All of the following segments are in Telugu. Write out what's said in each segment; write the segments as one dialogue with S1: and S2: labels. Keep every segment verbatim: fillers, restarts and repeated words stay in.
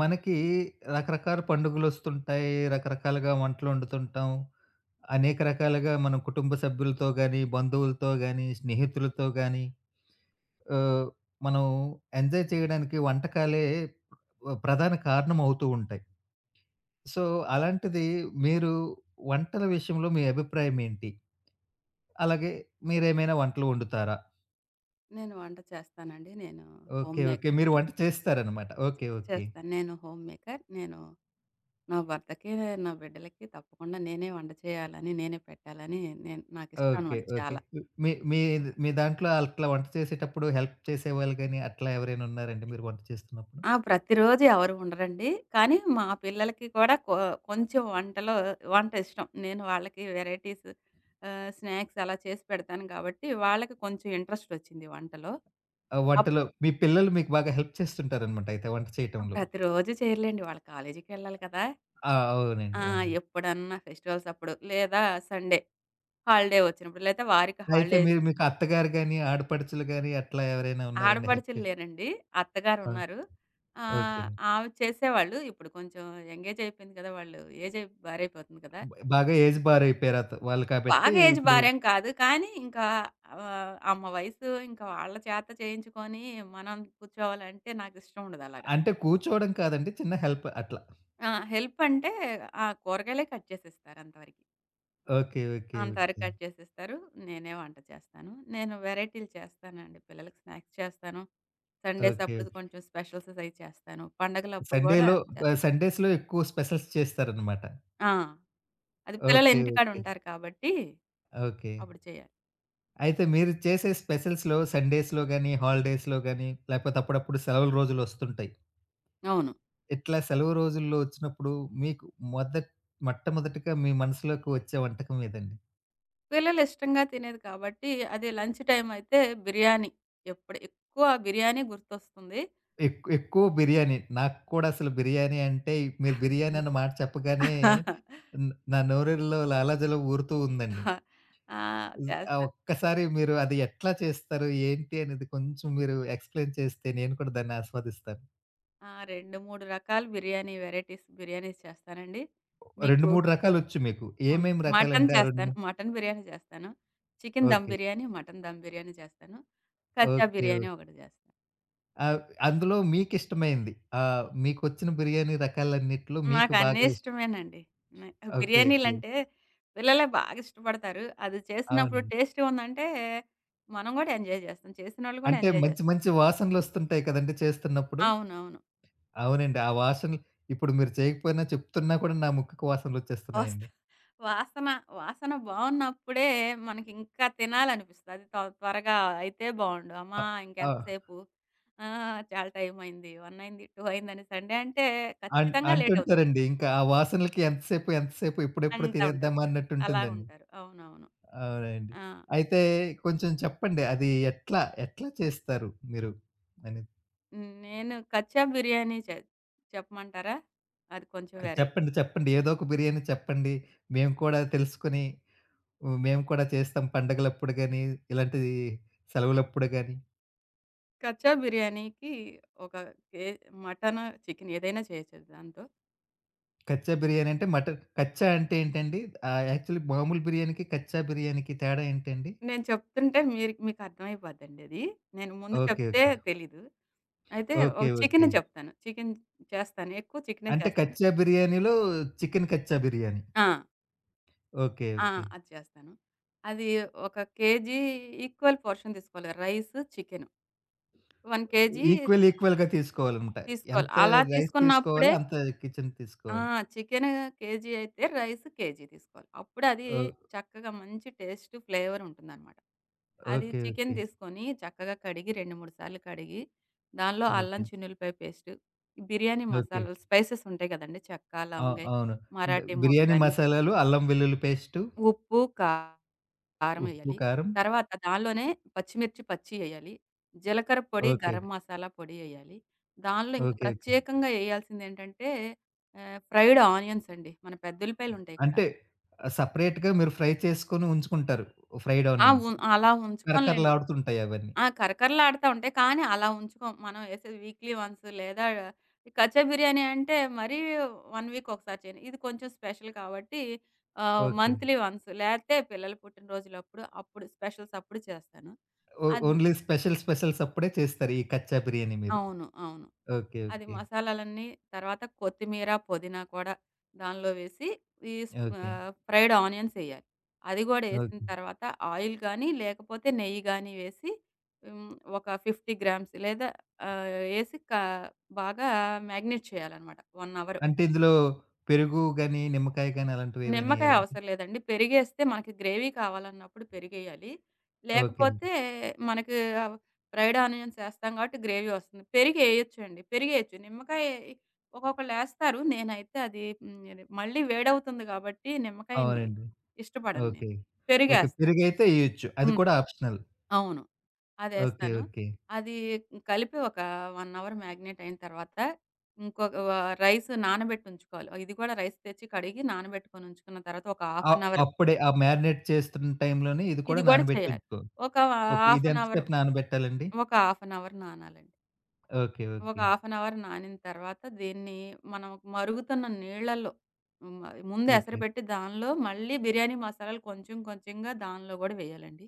S1: మనకి రకరకాల పండుగలొస్తుంటాయి. రకరకాలుగా వంటలొండుతుంటాం. అనేక రకాలుగా మనం కుటుంబ సభ్యులతో గాని, బంధువులతో గాని, స్నేహితులతో గాని ఆహ్, మనం ఎంజాయ్ చేయడానికి వంటకాలే ఆహ్, ప్రధాన కారణం అవుతూ ఉంటాయి. సో, అలాంటిది మీరు వంటల విషయంలో మీ అభిప్రాయం ఏంటి? అలాగే మీరేమైనా వంటలు వండుతారా?
S2: నేను వంట చేస్తానండి. నేను
S1: ఓకే,
S2: హోమ్
S1: ఓకే, మీరు
S2: మేకర్‌ని.
S1: వంట చేస్తారనమాట. ఓకే. ఓకే.
S2: చేస్తాను. నేను హోమ్ మేకర్. నేను నా భర్తకి, నా బిడ్డలకి తప్పకుండా నేనే వంట చేయాలని, నేనే పెట్టాలని నేను నాకిష్టం
S1: ఓకే,
S2: అన్నమాట
S1: ఓకే.
S2: చాలా.
S1: మీ మీ మీ దాంట్లో అట్లా వంట చేసేటప్పుడు హెల్ప్ చేసేవాళ్ళు గాని, అట్లా ఎవరైనా ఉన్నారండి మీరు వంట చేస్తున్నప్పుడు?
S2: ఆ! ప్రతిరోజు ఎవరు ఉండరండి. కానీ మా పిల్లలకి కూడా కొ కొంచెం వంటలో వంట ఇష్టం. నేను వాళ్ళకి వెరైటీస్ ఆహ్, స్నాక్స్ అలా చేసి పెడతాను కాబట్టి, వాళ్ళకి కొంచెం ఇంట్రెస్ట్ వచ్చింది వంటలో.
S1: ఆ
S2: అప్
S1: వంటలో మీ పిల్లలు మీకు బాగా హెల్ప్ చేస్తుంటారనమాట అయితే వంట చేయటంలో.
S2: ప్రతిరోజు చేయరులేండి. వాళ్ళు కాలేజీకెళ్ళాలి కదా!
S1: ఆ, అవునండి,
S2: ఆ!
S1: అవునండి.
S2: ఎప్పుడన్నా ఫెస్టివల్స్ అప్పుడు లేదా సండే. హాలిడే వచ్చినప్పుడు. లేతే వారికి
S1: అయితే
S2: హాలిడే
S1: మీరు మీకు అత్తగారు గాని, ఆడపడుచులు గాని అట్లా ఎవరైనా ఉన్నారండి హెల్ప్
S2: ఆడపడుచులు
S1: చేసి?
S2: లేరండి.
S1: ఆ!
S2: అత్తగారున్నారు.
S1: ఓకే.
S2: ఆహ్, ఆమె చేసేవాళ్ళు. ఇప్పుడు కొంచెం యంగేజ్ అయిపోయింది కదా! వాళ్ళు ఏజ్ అయి భారైపోతుంది కదా!
S1: బాగా ఏజ్ బారైపోయారు అత వాళ్ళు కాబట్టి
S2: బాగా ఏజ్
S1: ఇప్పుడు
S2: భార్యం కాదు. కానీ ఇంకా ఆహ్, అమ్మ వయసు ఇంకా వాళ్ళ చేత చేయించుకొని మనం కూర్చోవాలంటే నాకిష్టం ఉండదు అలాగా.
S1: అంటే కూర్చోవడం కాదండి, చిన్న హెల్ప్ అట్లా.
S2: ఆ! హెల్ప్ అంటే ఆ కూరగాయలే కట్ చేసిస్తారు అంతవరకి.
S1: ఓకే, ఓకే, ఓకే,
S2: అంతవరకు కట్ చేసేస్తారు. నేనే వంట చేస్తాను. నేను వెరైటీలు చేస్తానండి. పిల్లలకి స్నాక్స్ చేస్తాను. Sundays
S1: okay, okay.
S2: అప్పుడు కొంచెం స్పెషల్స్ అయి చేస్తాను. పండగలప్పుడు గూడా
S1: సండేలో
S2: చేస్తా.
S1: ఆహ్, సండేస్‌లో ఎక్కువ స్పెషల్స్ చేస్తారనమాట.
S2: ఆ! అది పిల్లలు
S1: ఓకే,
S2: ఇంటికాడ
S1: ఓకే,
S2: ఉంటారు కాబట్టి
S1: ఓకే.
S2: అప్పుడు చేయాలి.
S1: అయితే మీరు చేసే స్పెషల్స్‌లో సండేస్‌లో గాని, హాలిడేస్‌లో గాని, లేకపోతే అప్పుడప్పుడు సెలవుల రోజులొస్తుంటాయి.
S2: అవును.
S1: ఇట్లా సెలవు రోజుల్లో వచ్చినప్పుడు మీకు మొదట్ మొట్టమొదటిగా మీ మనసులోకి వచ్చే వంటకం ఏదండి?
S2: పిల్లలు ఇష్టంగా తినేది కాబట్టి అది లంచ్ టైమ్ అయితే బిర్యానీ. ఎప్పుడు ఎక్కువ బిర్యానీ గుర్తొస్తుంది.
S1: ఎక్ ఎక్కువ బిర్యానీ. నాకు కూడా అసలు బిర్యానీ అంటే మీరు బిర్యానీ అన్న మాట చెప్పగానే న్ నా నోరులో లాలాజలం ఊరుతూ ఉందండి.
S2: ఆ!
S1: హ్మ్. ఆ
S2: చేస్తాను.
S1: ఒక్కసారి మీరు అది ఎట్లా చేస్తారు? ఏంటి అనేది కొంచెం మీరు ఎక్స్‌ప్లెయిన్ చేస్తే నేను కూడా దాన్ని ఆస్వాదిస్తాను.
S2: ఆ! రెండు, మూడు రకాల బిర్యానీ వెరైటీస్ బిర్యానీస్ చేస్తానండి.
S1: రెండు,
S2: మీకు
S1: మూడు రకాలొచ్చు మీకు.
S2: హ్మ్.
S1: ఏమేం
S2: మటన్
S1: రకాలంటే ఆ రెండు,
S2: చేస్తాను.
S1: మూడు?
S2: మటన్ బిర్యానీ చేస్తాను. Chicken dum
S1: okay,
S2: biryani, mutton dum biryani చేస్తాను.
S1: ఓకే,
S2: కచ్చా
S1: ఓకే.
S2: బిర్యానీ ఒకటి చేస్తాను.
S1: ఆహ్, అందులో మీకిష్టమైంది. ఆహ్, మీకొచ్చిన బిర్యానీ రకాలన్నిట్లో మీకు
S2: నాకన్నీ
S1: బాగా ఇష్టం.
S2: ఇష్టమేనండి. నే
S1: ఓకే, ఓకే.
S2: బిర్యానీలంటే పిల్లలే బాగా ఇష్టపడతారు. అది చేసినప్పుడు
S1: అవునండి.
S2: టేస్టీ ఉందంటే, మనం గూడా ఎంజాయ్ చేస్తాం. చేసినోళ్ళు గూడా
S1: అంటే
S2: ఎంజాయ్
S1: మంచి
S2: చేస్తారు.
S1: మంచి వాసనలొస్తుంటాయి కదండీ చేస్తున్నప్పుడు.
S2: అవునవును.
S1: అవునండి. ఆ వాసనలు ఇప్పుడు మీరు చేయకపోయినా చెప్తున్నా కూడా నా ముక్కుకు
S2: వస్
S1: వాసనలొచ్చేస్తున్నాయండి.
S2: వాసన, వాసన బావున్నప్పుడే మనకింకా తినాలనిపిస్తది. అది త త్వరగా అయితే బావుండు.
S1: అ
S2: అమ్మా!
S1: ఆ!
S2: ఇంకెంతసేపు? ఆ! చాలా టైమయింది. ఒకటి అయింది, రెండు అయిందని సండే అంటే
S1: అన్
S2: ఖచ్చితంగా లేటవుతుంది
S1: అంటుంటారండి. ఇంకా ఆ వాసనలకి ఎంతసేపు, ఎంతసేపు ఇప్పుడెప్పుడు
S2: అంటా ఉంటారు.
S1: తినేద్దామా
S2: అలా
S1: అన్నట్టుంటుందండి.
S2: ఉంటారు. అవునవును.
S1: అవునండి.
S2: ఆ!
S1: అయితే కొంచెం చెప్పండి. అది ఎట్లా, ఎట్లా చేస్తారు మీరు అని?
S2: నేను కచ్చా బిర్యానీ చే చెప్పమంటారా? అది కొంచెం
S1: అది
S2: వెరైటీ.
S1: చెప్పండి, చెప్పండి. ఏదో ఒక బిర్యానీ చెప్పండి. మేము కూడా తెలుసుకొని, హ్మ్, మేము కూడా చేస్తాం పండగలప్పుడు గాని, ఇలాంటిది సెలవులప్పుడు గాని.
S2: కచ్చా బిర్యానీకి ఒక కే మటను, చికెను ఏదైనా చేయొచ్చు దాంతో.
S1: కచ్చా బిర్యానీ అంటే మటన్ కచ్చా అంటే ఏంటండి? ఆహ్, యాక్చువల్లీ మామూలు బిర్యానీకి, కచ్చా బిర్యానీకి తేడా ఏంటండి?
S2: నేను చెప్తుంటే మీరు మీకర్థమైపోద్దండది. నేను ముందు
S1: ఓకే,
S2: చెప్తే
S1: ఓకే,
S2: తెలీదు. అయితే ఒక
S1: ఓకే,
S2: చికెనే
S1: ఓకే.
S2: చెప్తాను. చికెన్ చేస్తాను. ఎక్కువ చికెనే
S1: అంటే
S2: చేస్తాను.
S1: కచ్చా బిర్యానీలో చికెన్ కచ్చా బిర్యానీ.
S2: ఆ!
S1: ఓకే,
S2: ఆ!
S1: ఓకే.
S2: అది చేస్తాను. అది ఒక కేజీ ఈక్వల్ పోర్షన్ తీసుకోవాలి. Rice, chicken. ఒక కేజీ
S1: ఈక్వల్ ఈక్వల్‌గా తీసుకోవాలనమాట.
S2: తీసుకోవాలి.
S1: ఎంత
S2: అలా
S1: రైస్ తీసుకోవాలో
S2: తీసుకున్నప్పుడే
S1: అంత కిచెన్
S2: ఆ!
S1: తీసుకోవాలి.
S2: చికెను కేజీ అయితే రైస్ కేజీ తీసుకోవాలి. అప్పుడు అది
S1: ఓ,
S2: చక్కగా మంచి టేస్ట్, ఫ్లేవర్ ఉంటుందనమాట. అది
S1: ఓకే,
S2: చికెను
S1: ఓకే,
S2: తీసుకొని చక్కగా కడిగి రెండు, మూడు సార్లు కడిగి దానిలో
S1: ఓకే,
S2: అల్లం చిన్నుల్లిపాయ పేస్టు, బిర్యానీ
S1: ఓకే.
S2: మసాలాలు స్పైసెస్ ఉంటాయి కదండీ! చెక్క,
S1: ఆ!
S2: లవంగాయి,
S1: అవును. అంటే
S2: మరాఠీ
S1: బిర్యానీ
S2: మొగ్గని,
S1: మసాలాలు, అల్లం వెల్లుల్లి పేస్టు,
S2: ఉప్పు, కా కారం
S1: ఉప్పు,
S2: ఎయ్యాలి.
S1: కారం.
S2: తర్వాత దానిలోనే పచ్చిమిర్చి పచ్చియ్యేయాలి. జీలకర్ర పొడి,
S1: ఓకే, ఓకే,
S2: గరం మసాలా పొడి ఎయ్యాలి. దానిలో ఇంకా
S1: ఓకే, ఓకే.
S2: ప్రత్యేకంగా ఎయ్యాల్సిందేంటంటే ఆహ్, ఫ్రైడ్ ఆనియన్స్ అండి. మన పెద్దుల్లిపాయలుంటాయి కదా!
S1: అంటే సెపరేట్‌గా మీరు ఫ్రై చేసుకొని ఉంచుకుంటారు. ఫ్రైడ్
S2: ఆ!
S1: ఆనియన్స్.
S2: ఉన్ అలా ఉంచుకోంలేండి.
S1: కరకరలాడుతుంటాయి అవన్నీ.
S2: ఆ! కరకరలాడుతా ఉంటాయి. కానీ అలా ఉంచుకోం. మనం ఏసేది వీక్లీ వన్స్ లేదా ఈ కచ్చా బిర్యానీ అంటే మరీ ఒక వీక్ ఒకసారి చేయను. ఇది కొంచెం స్పెషల్ కాబట్టి ఆహ్,
S1: ఓకే.
S2: మంత్లీ వన్స్ లేతే పిల్లల పుట్టినరోజులప్పుడు అప్పుడు స్పెషల్స్ అప్పుడు చేస్తాను.
S1: ఓ
S2: అది
S1: ఓన్లీ స్పెషల్ స్పెషల్స్ అప్పుడే చేస్తారు. ఈ కచ్చా బిర్యానీ మీరు.
S2: అవును. అవును.
S1: ఓకే,
S2: అది
S1: ఓకే,
S2: మసాలాలన్నీ తర్వాత కొత్తిమీర, పుదీనా కూడా దానిలో వేసి ఈ స్
S1: ఓకే,
S2: ఆహ్, ఫ్రైడ్ ఆనియన్స్ ఎయ్యాలి. అది గూడా ఎసిన
S1: ఓకే.
S2: తర్వాత ఆయిల్ గానీ, లేకపోతే నెయ్యి గానీ వేసి హ్మ్. ఒక 50 గ్రామ్స్ లేదా ఆహ్, ఎసి కా బాగా మాగ్నెట్ చేయాలనమాట ఒక అవర్.
S1: అంటే ఇందులో పెరుగు గాని, నిమ్మకాయ గాని అలాంటివేవైనా
S2: నిమ్మకాయ
S1: ఎయ్యాలండి?
S2: అవసరం లేదండి. పెరిగేస్తే మనకి గ్రేవీ కావాలన్నప్పుడు పెరిగేయాలి.
S1: ఓకే అండి.
S2: లేకపోతే మనకు ఆహ్, ఫ్రైడ్ ఆనియన్స్ ఏస్తాం కాబట్టి గ్రేవీ వస్తుంది. పెరిగేయొచ్చండి. పెరిగేయొచ్చు. నిమ్మకాయ ఒక్కొక్కళ్ళేస్తారు. నేనైతే అది హ్మ్. మళ్ళీ వేడవుతుంది కాబట్టి నిమ్మకాయని
S1: అవునండి.
S2: ఇష్టపడను
S1: ఓకే,
S2: నేను.
S1: ఓకే.
S2: పెరిగేస్తాను.
S1: పెరుగైతే ఎయొచ్చు. అది
S2: హ్మ్.
S1: కూడా ఆప్షనల్.
S2: అవును.
S1: ఓకే,
S2: అదేస్తాను.
S1: ఓకే.
S2: అది కలిపి ఒక 1 అవర్ మాగ్నేట్ అయిన తర్వాత, ఇంకొక వ రైస్ నానబెట్టి ఉంచుకోవాలి. ఇది కూడా రైస్ తెచ్చి కడిగి నానబెట్టుకొని ఉంచుకున్న తర్వాత ఒక హాఫ్
S1: ఆహ్,
S2: అన్ అవర్
S1: అప్పుడే ఆ మ్యారినేట్ చేస్తున్న టైంలోనే ఇది కూడా
S2: ఇది కూడా
S1: నానబెట్టి
S2: చేయాలి.
S1: ఉంచుకోవాలి.
S2: ఒక
S1: ఓకే.
S2: హాఫ్
S1: ఇది
S2: అన్
S1: ఎంత
S2: అవర్,
S1: సేపు నానబెట్టాలండి?
S2: ఒక హాఫ్ అన్ అవర్ నానాలండి.
S1: ఓకే,
S2: ఒక
S1: ఓకే,
S2: హాఫ్ అన్ అవర్ నానిన తర్వాత దీన్ని మనం మరుగుతున్న నీళ్ళల్లో హ్మ్. ముందు
S1: ఓకే.
S2: ఎసరుపెట్టి దానిలో మళ్ళీ బిర్యానీ మసాలాలు కొంచెం కొంచెంగా దానిలో కూడా వేయాలండి.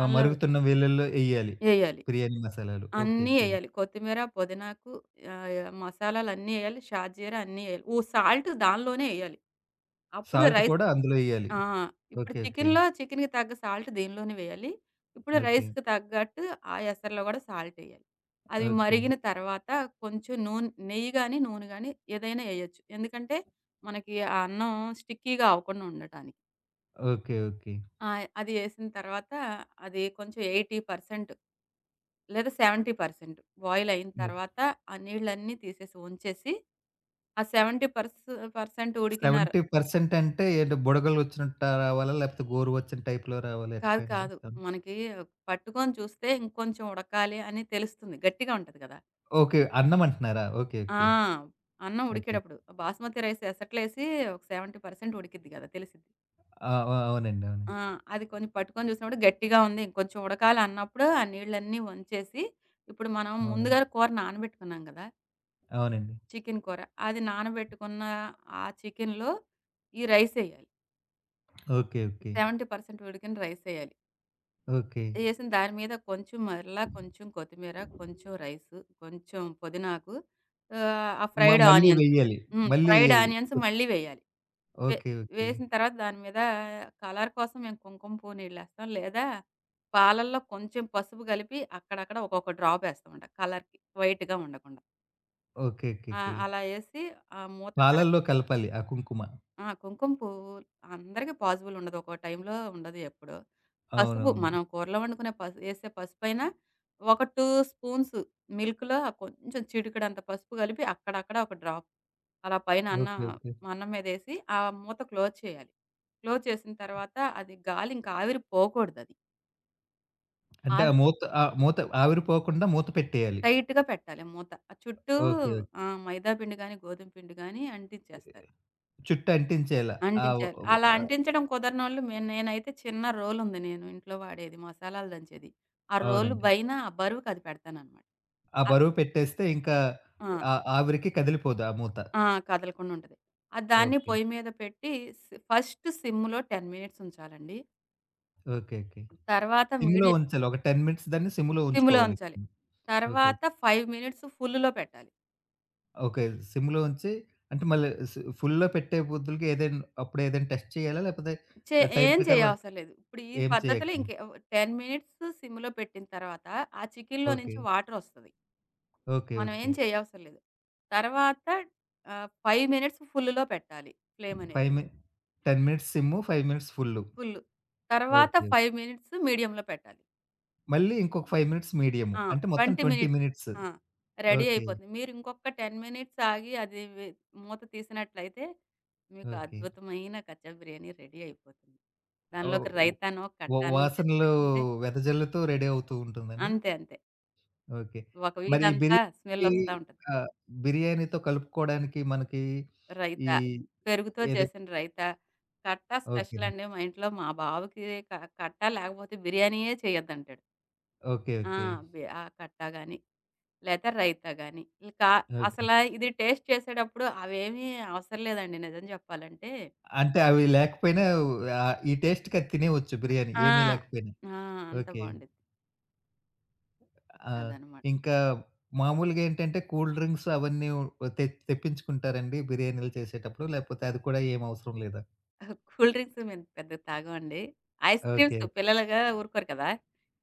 S1: ఆ! మరుగుతున్న వేళల్లో ఎయ్యాలి.
S2: వేయాలి.
S1: బిర్యానీ మసాలాలు. ఓకే,
S2: అన్నీ
S1: ఓకే.
S2: ఎయాలి. కొత్తిమీర, పుదీనాకు ఆహ్, మసాలాలన్నీ ఎయాలి. షాజీర అన్నీ ఎయాలి. ఓ సాల్ట్ దానిలోనే ఎయాలి. అప్పుడు
S1: సాల్ట్
S2: రైస్
S1: కూడా అందులో ఎయ్యాలి.
S2: ఆ! ఇప్పుడు
S1: ఓకే, ఓకే,
S2: చికెన్‌లో చికెన్‌కి తగ్గ సాల్ట్ దీనిలోనే వేయాలి. ఇప్పుడు
S1: ఓకే,
S2: రైస్‌కి తగ్గట్టు ఆ ఎసర్‌లో గూడా సాల్ట్ ఎయాలి. అది
S1: ఓకే,
S2: మరిగిన తర్వాత కొంచెం నూనె నెయ్యి గాని, నూనె గాని ఏదైనా ఎయొచ్చు. ఎందుకంటే మనకి ఆ అన్నం స్టిక్కీగా అవ్వకుండా ఉండటానికి.
S1: Okay, okay.
S2: ఆ! అది ఏసిన తర్వాత అది కొంచెం ఎనభై శాతం లేదా డెబ్బై శాతం బాయిల్ అయిన తర్వాత ఆ నీళ్ళన్నీ తీసేసి ఉంచేసి, ఆ డెబ్బై శాతం ఉడికిన ర్
S1: డెబ్బై శాతం అంటే ఏంటి? బుడగలొచ్చినట్టా రావాలా? లేపోతే గోరువెచ్చని టైప్‌లో రావాలా? ఎట్లా
S2: కాదు
S1: అండి?
S2: కాదు.
S1: అన్
S2: మనకి పట్టుకొని చూస్తే ఇంకొంచెం ఉడకాలి అని తెలుస్తుంది. గట్టిగా ఉంటది కదా!
S1: ఓకే, అన్నం అంటున్నారా? ఓకే,
S2: ఆ!
S1: ఓకే,
S2: అన్నం
S1: ఓకే.
S2: ఉడికేటప్పుడు బాస్మతి రైస్ ఎసట్లేసి ఒక డెబ్బై శాతం ఉడికిద్ది కదా! తెలిసిద్ది.
S1: ఆ! ఆ! అవునండి, అవునండి,
S2: ఆ! అది కొంచెం పట్టుకొని చూసినప్పుడు గట్టిగా ఉంది. ఇంకొంచెం ఉడకాలి అన్నప్పుడు ఆ నీళ్ళన్నీ వంచేసి, ఇప్పుడు మనం
S1: అవునండి,
S2: ముందుగానే కూర నానబెట్టుకున్నాం కదా!
S1: అవునండి.
S2: చికెన్ కూర. అది నానబెట్టుకున్న ఆ చికెన్‌లో ఈ రైస్ ఎయ్యాలి.
S1: ఓకే, ఓకే,
S2: డెబ్బై శాతం ఉడికిన రైస్ ఎయ్యాలి.
S1: ఓకే.
S2: ఎసిన దాని మీద కొంచెం మరలా కొంచెం కొత్తిమీర, కొంచెం రైసు, కొంచెం పుదీనాకు ఆహ్, ఆ
S1: మ
S2: ఫ్రైడ్
S1: మళ్ళీ
S2: ఆనియన్స్
S1: వెయ్యాలి.
S2: హ్మ్.
S1: మళ్ళీ
S2: ఫ్రైడ్
S1: ఎయ్యాలి.
S2: ఆనియన్స్
S1: ఓకే,
S2: మళ్ళీ వేయాలి. వే
S1: ఓకే, ఓకే,
S2: వేసిన తర్వాత దాని మీద కలర్ కోసం మేము కుంకుమ పువ్వునీళ్ళేస్తాం. లేదా పాలల్లో కొంచెం పసుపు కలిపి అక్కడక్కడ ఒక్కొక్క డ్రాప్ ఏస్తామంట కలర్‌కి వైట్‌గా ఉండకుండా.
S1: ఓకే,
S2: ఆ!
S1: ఓకే.
S2: అలా ఏసి ఆ మూత కరె
S1: పాలల్లో కలపాలి ఆ కుంకుమ.
S2: ఆ! కుంకుమ పువ్వు అందరికి పాజిబుల్ ఉండదు. ఒక్కో టైంలో ఉండదు ఎప్పుడూ. పసుపు
S1: అవునవును.
S2: మనం కూరలో వండుకునే పసు ఏసే పసుపైనా ఒక రెండు స్పూన్స్ మిల్క్‌లో కొంచెం చిటికెడంత పసుపు కలిపి అక్కడక్కడ ఒక డ్రాప్ అలా పైన అన్న
S1: ఓకే, ఓకే.
S2: అన్నం మీదేసి ఆ మూత క్లోజ్ చేయాలి. క్లోజ్ చేసిన తర్వాత అది గాలి ఇంకా ఆవిరి పోకూడదది.
S1: అంటే ఆ
S2: ఆవి
S1: మూత ఆ మూత ఆవిరిపోకుండా మూత పెట్టేయాలి.
S2: టైట్‌గా పెట్టాలి మూత. ఆ చుట్టూ
S1: ఓకే, ఓకే.
S2: ఆ! మైదా పిండి గాని, గోధుమ పిండి గాని అంటించేస్తారు.
S1: చుట్టూ అంటించేయాల. ఆ! వ
S2: అంటించాలి.
S1: వ
S2: అలా అంటించడం కుదరనోళ్ళు మే నేనైతే చిన్న రోలుంది నేను ఇంట్లో వాడేది మసాలాలు దంచేది. ఆ రోలు
S1: అవునండి.
S2: పైన ఆ బరువుకది పెడతాననమాట.
S1: ఆ
S2: అ
S1: బరువు పెట్టేస్తే ఇంకా
S2: ఆ!
S1: ఆ ఆవిరికి కదిలిపోదు ఆ మూత.
S2: ఆ! కదలకుండా ఉంటది. ఆ దాన్ని
S1: ఓకే,
S2: పొయ్యి మీద పెట్టి సి ఫస్ట్ సిమ్‌లో పది మినిట్స్ ఉంచాలండి.
S1: Okay, okay.
S2: తర్వాత
S1: సిమ్‌లో
S2: మీడియం
S1: ఉంచాలి. ఒక పది మినిట్స్ దాన్ని సిమ్‌లో
S2: సిమ్‌లో
S1: ఉంచుకోవాలి.
S2: ఉంచాలి.
S1: ఓకే,
S2: తర్వాత ఐదు మినిట్స్ ఫుల్‌లో పెట్టాలి.
S1: ఓకే. సిమ్‌లో ఉంచి అంటే మళ్ళీ స్ ఫుల్‌లో పెట్టే బదులుకి ఏదైనా అప్పుడు ఏదైనా టెస్ట్ చేయాలా? లేకపోతే
S2: చే
S1: టైం
S2: ఏం
S1: ప్రకారం అన్
S2: చేయవసరం లేదు. ఇప్పుడు ఈ
S1: ఏం
S2: పద్ధతిలో
S1: చేయక్కర్లేదు.
S2: ఇంక పది మినిట్స్ సిమ్‌లో పెట్టిన తర్వాత ఆ చికెన్‌లో
S1: ఓకే,
S2: నుంచి వాటరొస్తది.
S1: ఓకే,
S2: మనం
S1: ఓకే.
S2: ఏం చేయవసరం లేదు. తర్వాత ఆహ్, ఐదు మినిట్స్ ఫుల్‌లో పెట్టాలి ఫ్లేమ్ అనేది.
S1: ఐదు మి పది మినిట్స్ సిమ్ము, ఐదు మినిట్స్ ఫుల్లు.
S2: ఫుల్. తర్వాత
S1: ఓకే.
S2: ఐదు మినిట్స్ మీడియంలో పెట్టాలి.
S1: మళ్ళీ ఇంకొక ఐదు మినిట్స్ మీడియము.
S2: ఆ!
S1: అంటే మొత్తం
S2: ఇరవై
S1: ఇరవై
S2: మినిట్స్
S1: మినిట్స్.
S2: ఆ! రెడీ
S1: ఓకే,
S2: అయిపోతుంది. మీరు ఇంకొక పది మినిట్స్ ఆగి అది వె మూత తీసినట్లయితే మీకు
S1: ఓకే.
S2: అద్భుతమైన కచ్చప్ బిర్యానీ రెడీ అయిపోతుంది.
S1: ఓహ్!
S2: దానిలోకి రైతానో,
S1: వ
S2: కట్టానో చేసి
S1: వాసనలు
S2: పెట్టుకుంటే
S1: వెదజల్లుతూ రెడీ అవుతూ ఉంటుందండి.
S2: అంతే అంతే.
S1: ఓకే.
S2: ఒక
S1: మరి ఈ
S2: వీధంతా స్మెల్
S1: బిర్యానీ,
S2: వస్తా ఉంటది.
S1: ఆహ్, బిర్యానీతో కలుపుకోవడానికి మనకి ఈ
S2: రైతా. పెరుగుతో
S1: ఏదే?
S2: చేసిన రైతా. కట్టా స్పెషల్
S1: ఓకేనండి.
S2: అండి మా ఇంట్లో. మా బావకి క కట్టా లేకపోతే బిర్యానీయే చేయొద్దంటాడు.
S1: ఓకే,
S2: ఆ!
S1: ఓకే,
S2: బి ఆ కట్టా గాని, లేతే రైతా గాని. ఇక
S1: ఓకే.
S2: అసల ఇది టేస్ట్ చేసేటప్పుడు అవేమీ అవసరం లేదండి నిజం చెప్పాలంటే.
S1: అంటే అవి లేకపోయినా ఆహ్, ఈ టేస్ట్‌కి అది తినేయొచ్చు బిర్యానీ
S2: ఆ!
S1: ఏమీ లేకపోయినా.
S2: ఆ! అంత
S1: ఓకే.
S2: బావుండిద్ది.
S1: ఆ!
S2: అదనమాట.
S1: ఇంకా మామూలుగా ఏంటంటే కూల్ డ్రింక్స్ అవన్నీ తె తెప్పించుకుంటారండి బిర్యానీలు చేసేటప్పుడు? లేకపోతే అది కూడా ఏం అవసరం లేదా?
S2: కూల్ డ్రింక్స్ మేము పెద్దగా తాగమండి. Ice creams
S1: okay.
S2: పిల్లలుగా ఊరుకోరు కదా!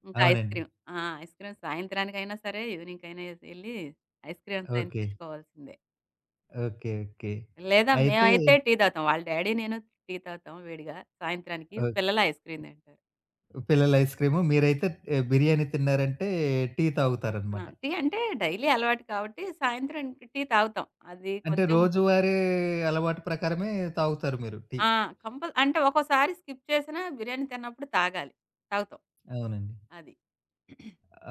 S2: ఇంకా ఐస్
S1: అవునండి.
S2: క్రీమ్. ఆ! ఐస్ క్రీమ్ సాయంత్రానికైనా సరే, ఈవినింగ్‌కైనా ఎస్ ఎళ్లి ఐస్ క్రీమ్స్ అయినా
S1: ఓకే,
S2: తెచ్చుకోవాల్సిందే.
S1: Okay, okay.
S2: లేదా
S1: అయితే
S2: మేమైతే టీ తాగుతాం. వాళ్ళ డ్యాడీ, నేను టీ తాగుతాం వేడిగా సాయంత్రానికి.
S1: ఓకే.
S2: పిల్లలు ఐస్ క్రీమ్ తింటారు.
S1: పిల్లలు ఐస్ క్రీము. మీరైతే ఆహ్, బిర్యానీ తిన్నారంటే టీ
S2: ఆ!
S1: తాగుతారనమాట.
S2: టీ అంటే డైలీ అలవాటు కాబట్టి సాయంత్రం టీ తాగుతాం. అది
S1: అంటే
S2: కొంచెం
S1: రోజువారీ అలవాటు ప్రకారమే తాగుతారు మీరు టీ.
S2: ఆ! కంపల్ అంటే ఒక్కోసారి స్కిప్ చేసినా బిర్యానీ తిన్నప్పుడు తాగాలి. తాగుతాం.
S1: అవునండి,
S2: అది.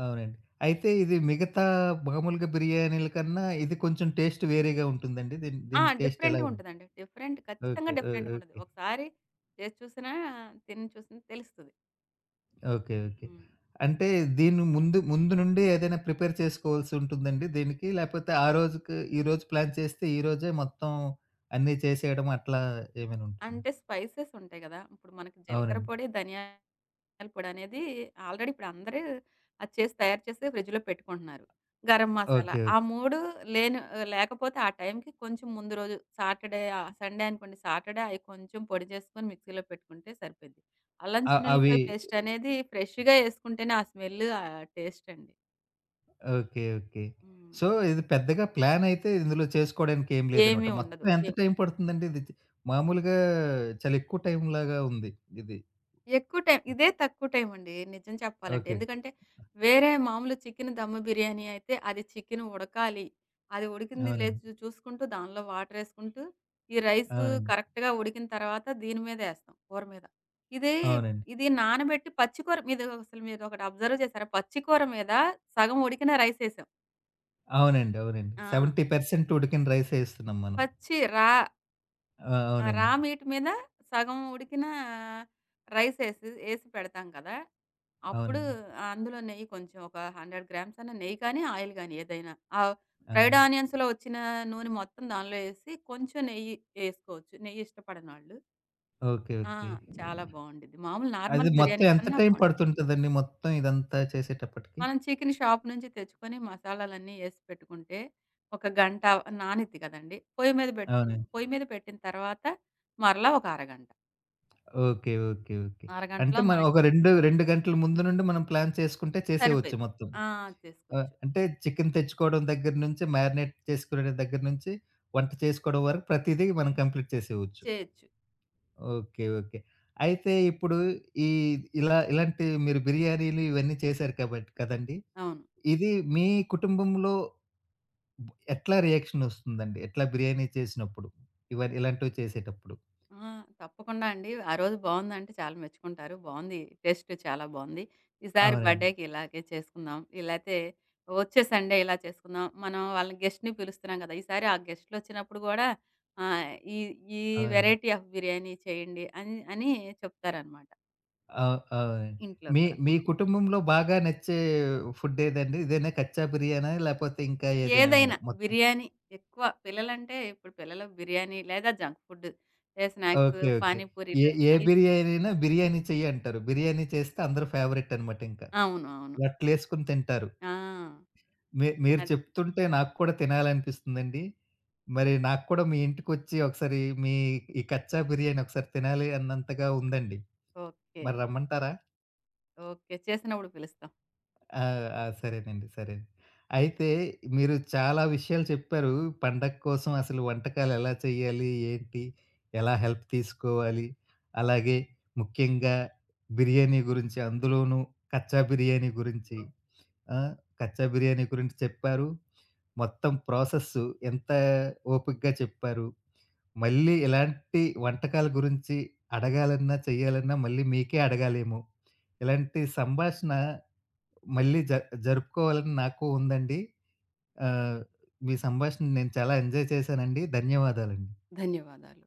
S1: అవునండి. అయితే ఇది మిగతా మామూలుగా బిర్యానీల కన్నా ఇది కొంచెం టేస్ట్ వేరేగా ఉంటుందండి. దీని
S2: ఆ!
S1: దీని టేస్ట్ ఎలా
S2: డిఫరెంట్‌గా
S1: ఉంది?
S2: ఉంటదండి. Different
S1: okay.
S2: ఖచ్చితంగా
S1: ఓ
S2: డిఫరెంట్‌గా ఉంటది.
S1: ఓకే,
S2: ఒకసారి చేసి చూసినా, తిని చూసినా తెలుస్తది.
S1: Okay, okay.
S2: హ్మ్.
S1: అంటే దీని ముందు ముందు నుండి ఏదైనా ప్రిపేర్ చేసుకోవాల్సుంటుందండి దీనికి? లేపోతే ఆ రోజుకి ఈ రోజు ప్లాన్ చేస్తే ఈ రోజే మొత్తం అన్నీ చేసేయడం అట్లా ఏమైనా ఉంటుందా?
S2: అంటే స్పైసెస్ ఉంటాయి గదా! ఇప్పుడు మనకి జీలకర్ర
S1: అవునండి.
S2: పొడి, ధనియాల పొడి అనేది ఆల్రెడీ ఇప్పుడు అందరూ అది చేసి తయారు చేసి ఫ్రిడ్జ్‌లో పెట్టుకుంటున్నారు. Garam
S1: okay,
S2: masala
S1: okay.
S2: ఆ మూడు లేని లేకపోతే ఆ టైంకి కొంచెం ముందు రోజు సాటర్‌డే ఆహ్, సండే అనుకోండి సాటర్‌డే అయి కొంచెం పొడి చేసుకొని మిక్సీలో పెట్టుకుంటే సరిపోద్ది. అల్లం
S1: అ అవి
S2: చిన్నుల్లిపాయ పేస్ట్ అనేది ఫ్రెష్‌గా యేసుకుంటేనే ఆ స్మెల్, ఆ టేస్ట్ అండి.
S1: Okay, okay.
S2: హ్మ్.
S1: సో, ఇది పెద్దగా ప్లాన్ అయితే ఇందులో చేసుకోవడానికి ఏం లేదనమాట.
S2: ఏమీ ఉండదు.
S1: మొత్తం ఎంత టైం పడుతుందండి ఇది? చ- మామూలుగా చాలా ఎక్కువ టైంలాగా ఉంది ఇది.
S2: ఎక్కువ టైం ఇదే తక్కువ టైం అండి నిజం చెప్పాలంటే.
S1: ఓకే.
S2: ఎందుకంటే, వేరే మామూలు చికెన్ దమ్ బిర్యానీ అయితే అది చికెన్ ఉడకాలి. అది ఉడికింది లేదు
S1: అవునండి,
S2: చూ చూసుకుంటూ దానిలో వాటరేసుకుంటూ, ఈ రైసు
S1: అవునండి,
S2: కరెక్ట్‌గా ఉడికిన తర్వాత దీని మీదేస్తాం కూర మీద. ఇదే
S1: అవునండి,
S2: ఇది నానబెట్టి పచ్చి కూర మీద అసలు మీరొకటి అబ్జర్వ్ చేశారా? పచ్చి కూర మీద సగం ఉడికిన రైసేసాం.
S1: అవునండి,
S2: ఆ!
S1: అవునండి. డెబ్బై శాతం ఉడికిన రైసే ఇస్తున్నాం మనం.
S2: పచ్చి రా
S1: ఆ!
S2: ఆ!
S1: అవునండి,
S2: రా మీట్ మీద సగం ఉడికిన రైస్ ఏసి ఏసి పెడతాం కదా! అప్పుడు
S1: అవునండి.
S2: అందులో నెయ్యి కొంచెం ఒక వంద గ్రామ్స్ అన్న నెయ్యి కానీ, ఆయిల్ గానీ ఏదైనా. ఆ ఫ్రైడ్
S1: అవును.
S2: ఆనియన్స్‌లో వచ్చిన నూనె మొత్తం దానిలో ఏసి కొంచెం నెయ్యి ఏసుకోవచ్చు. నెయ్యి ఇష్టపడనోళ్ళు.
S1: ఓకే,
S2: ఆ!
S1: ఓకే.
S2: చాలా బావుండిద్ది. మామూలు
S1: అది
S2: నార్మల్
S1: మొత్తం
S2: బిర్యానీ
S1: ఎంత
S2: కన్నా
S1: టైమ్
S2: బావుండిద్ది.
S1: పడుతుంటదండి మొత్తం ఇదంతా చేసేటప్పటికి?
S2: మనం చికెను షాప్ నుంచి తెచ్చుకొని మసాలాలన్నీ ఏసి పెట్టుకుంటే, ఒక గంట నానిద్ది కదండీ! పొయ్యి మీద పెట్టుకుం
S1: అవునండి.
S2: పొయ్యి మీద పెట్టిన తర్వాత మరలా ఒక అరగంట.
S1: Okay, okay, okay. అంటే
S2: అరగంటలో
S1: మనం
S2: మనకి
S1: ఒక రెండు రెండు గంటల ముందు నుండి మనం ప్లాన్ చేసుకుంటే చేసేయొచ్చు
S2: సరిపోయింది.
S1: మొత్తం.
S2: ఆ!
S1: ఆ!
S2: చేసుకోవచ్చు.
S1: అంటే చికెన్ తెచ్చుకోవడం దగ్గర నుంచి, మ్యారినేట్ చేసుకునే దగ్గర నుంచి, వంట చేసుకోవడం వరకు ప్రతీదీ మనం కంప్లీట్ చేసేయొచ్చు.
S2: చేయొచ్చు.
S1: Okay, okay. అయితే ఇప్పుడు ఈ ఇలా ఇలాంటి మీరు బిర్యానీలు ఇవన్నీ చేశారు కాబట్టి కదండీ!
S2: అవును.
S1: ఇది మీ కుటుంబంలో ఎట్లా రియాక్షనొస్తుందండి? ఎట్లా బిర్యానీ చేసినప్పుడు? ఇవన్ ఇలాంటివి చేసేటప్పుడు.
S2: ఆ! తప్పకుండా అండి. ఆ రోజు బావుందంటే చాలా మెచ్చుకుంటారు. బావుంది. టేస్ట్ చాలా బావుంది. ఈసారి
S1: అవునండి,
S2: బర్త్‌డేకి ఇలాగే చేసుకుందాం. లేతే వచ్చే సండే ఇలా చేసుకుందాం. మనం వాళ్ళని గెస్ట్‌ని పిలుస్తున్నాం కదా! ఈసారి ఆ గెస్ట్‌లొచ్చినప్పుడు గూడా ఆహ్, ఈ ఈ
S1: అవునండి.
S2: వేరైటీ ఆఫ్ బిర్యానీ చేయండి అని అని చెప్తారనమాట
S1: అవు అవునండి.
S2: ఇంట్లో
S1: మీ
S2: కూడా.
S1: మీ కుటుంబంలో బాగా నచ్చే ఫుడ్ ఏదండి? ఇదేనా కచ్చా బిర్యానా? లేపోతే ఇంకా ఏదైనా ఉందా
S2: ఏదైనా
S1: మొత్తం?
S2: బిర్యానీ ఎక్కువ పిల్లలంటే ఇప్పుడు పిల్లలు బిర్యానీ లేదా జంక్ ఫుడ్, ఏ స్నాక్స్,
S1: ఓకే. ఓకే. ఏ
S2: పానీపూరీలు
S1: ఏ
S2: అయి
S1: బిర్యానీ అయినా బిర్యానీ చెయ్యి అంటారు. బిర్యానీ చేస్తే అందరు ఫేవరెట్ అనమాట ఇంకా.
S2: అవును. అవును.
S1: లొట్టలేసుకొని తింటారు.
S2: ఆ!
S1: మీ మీరు
S2: అది.
S1: చెప్తుంటే నాకు కూడా తినాలనిపిస్తుందండి. మరి నాకు కూడా మీ ఇంటికొచ్చి ఒకసారి మీ ఈ కచ్చా బిర్యానీ ఒకసారి తినాలి అన్నంతగా ఉందండి.
S2: ఓకే.
S1: మరి రమ్మంటారా?
S2: ఓకే. చేసినప్పుడు పిలుస్తాం.
S1: ఆ! ఆ! సరేనండి, సరే. అయితే మీరు చాలా విషయాలు చెప్పారు. పండగ కోసం అసలు వంటకాలు ఎలా చేయాలి? ఏంటి? ఎలా హెల్ప్ తీసుకోవాలి? అలాగే ముఖ్యంగా బిర్యానీ గురించి, అందులోనూ కచ్చా బిర్యానీ గురించి. ఆ! కచ్చా బిర్యానీ గురించి చెప్పారు. మొత్తం ప్రాసెస్ ఎంత ఓపికగా చెప్పారు. మళ్ళీ ఇలాంటి వంటకాల గురించి అడగాలన్నా, చేయాలన్నా మళ్ళీ మీకే అడగాలేమో! ఇలాంటి సంభాషణ మళ్ళీ జ జరుపుకోవాలని నాకు ఉందండి. ఆహ్, మీ సంభాషణ నేను చాలా ఎంజాయ్ చేశానండి. ధన్యవాదాలండి.
S2: ధన్యవాదాలు.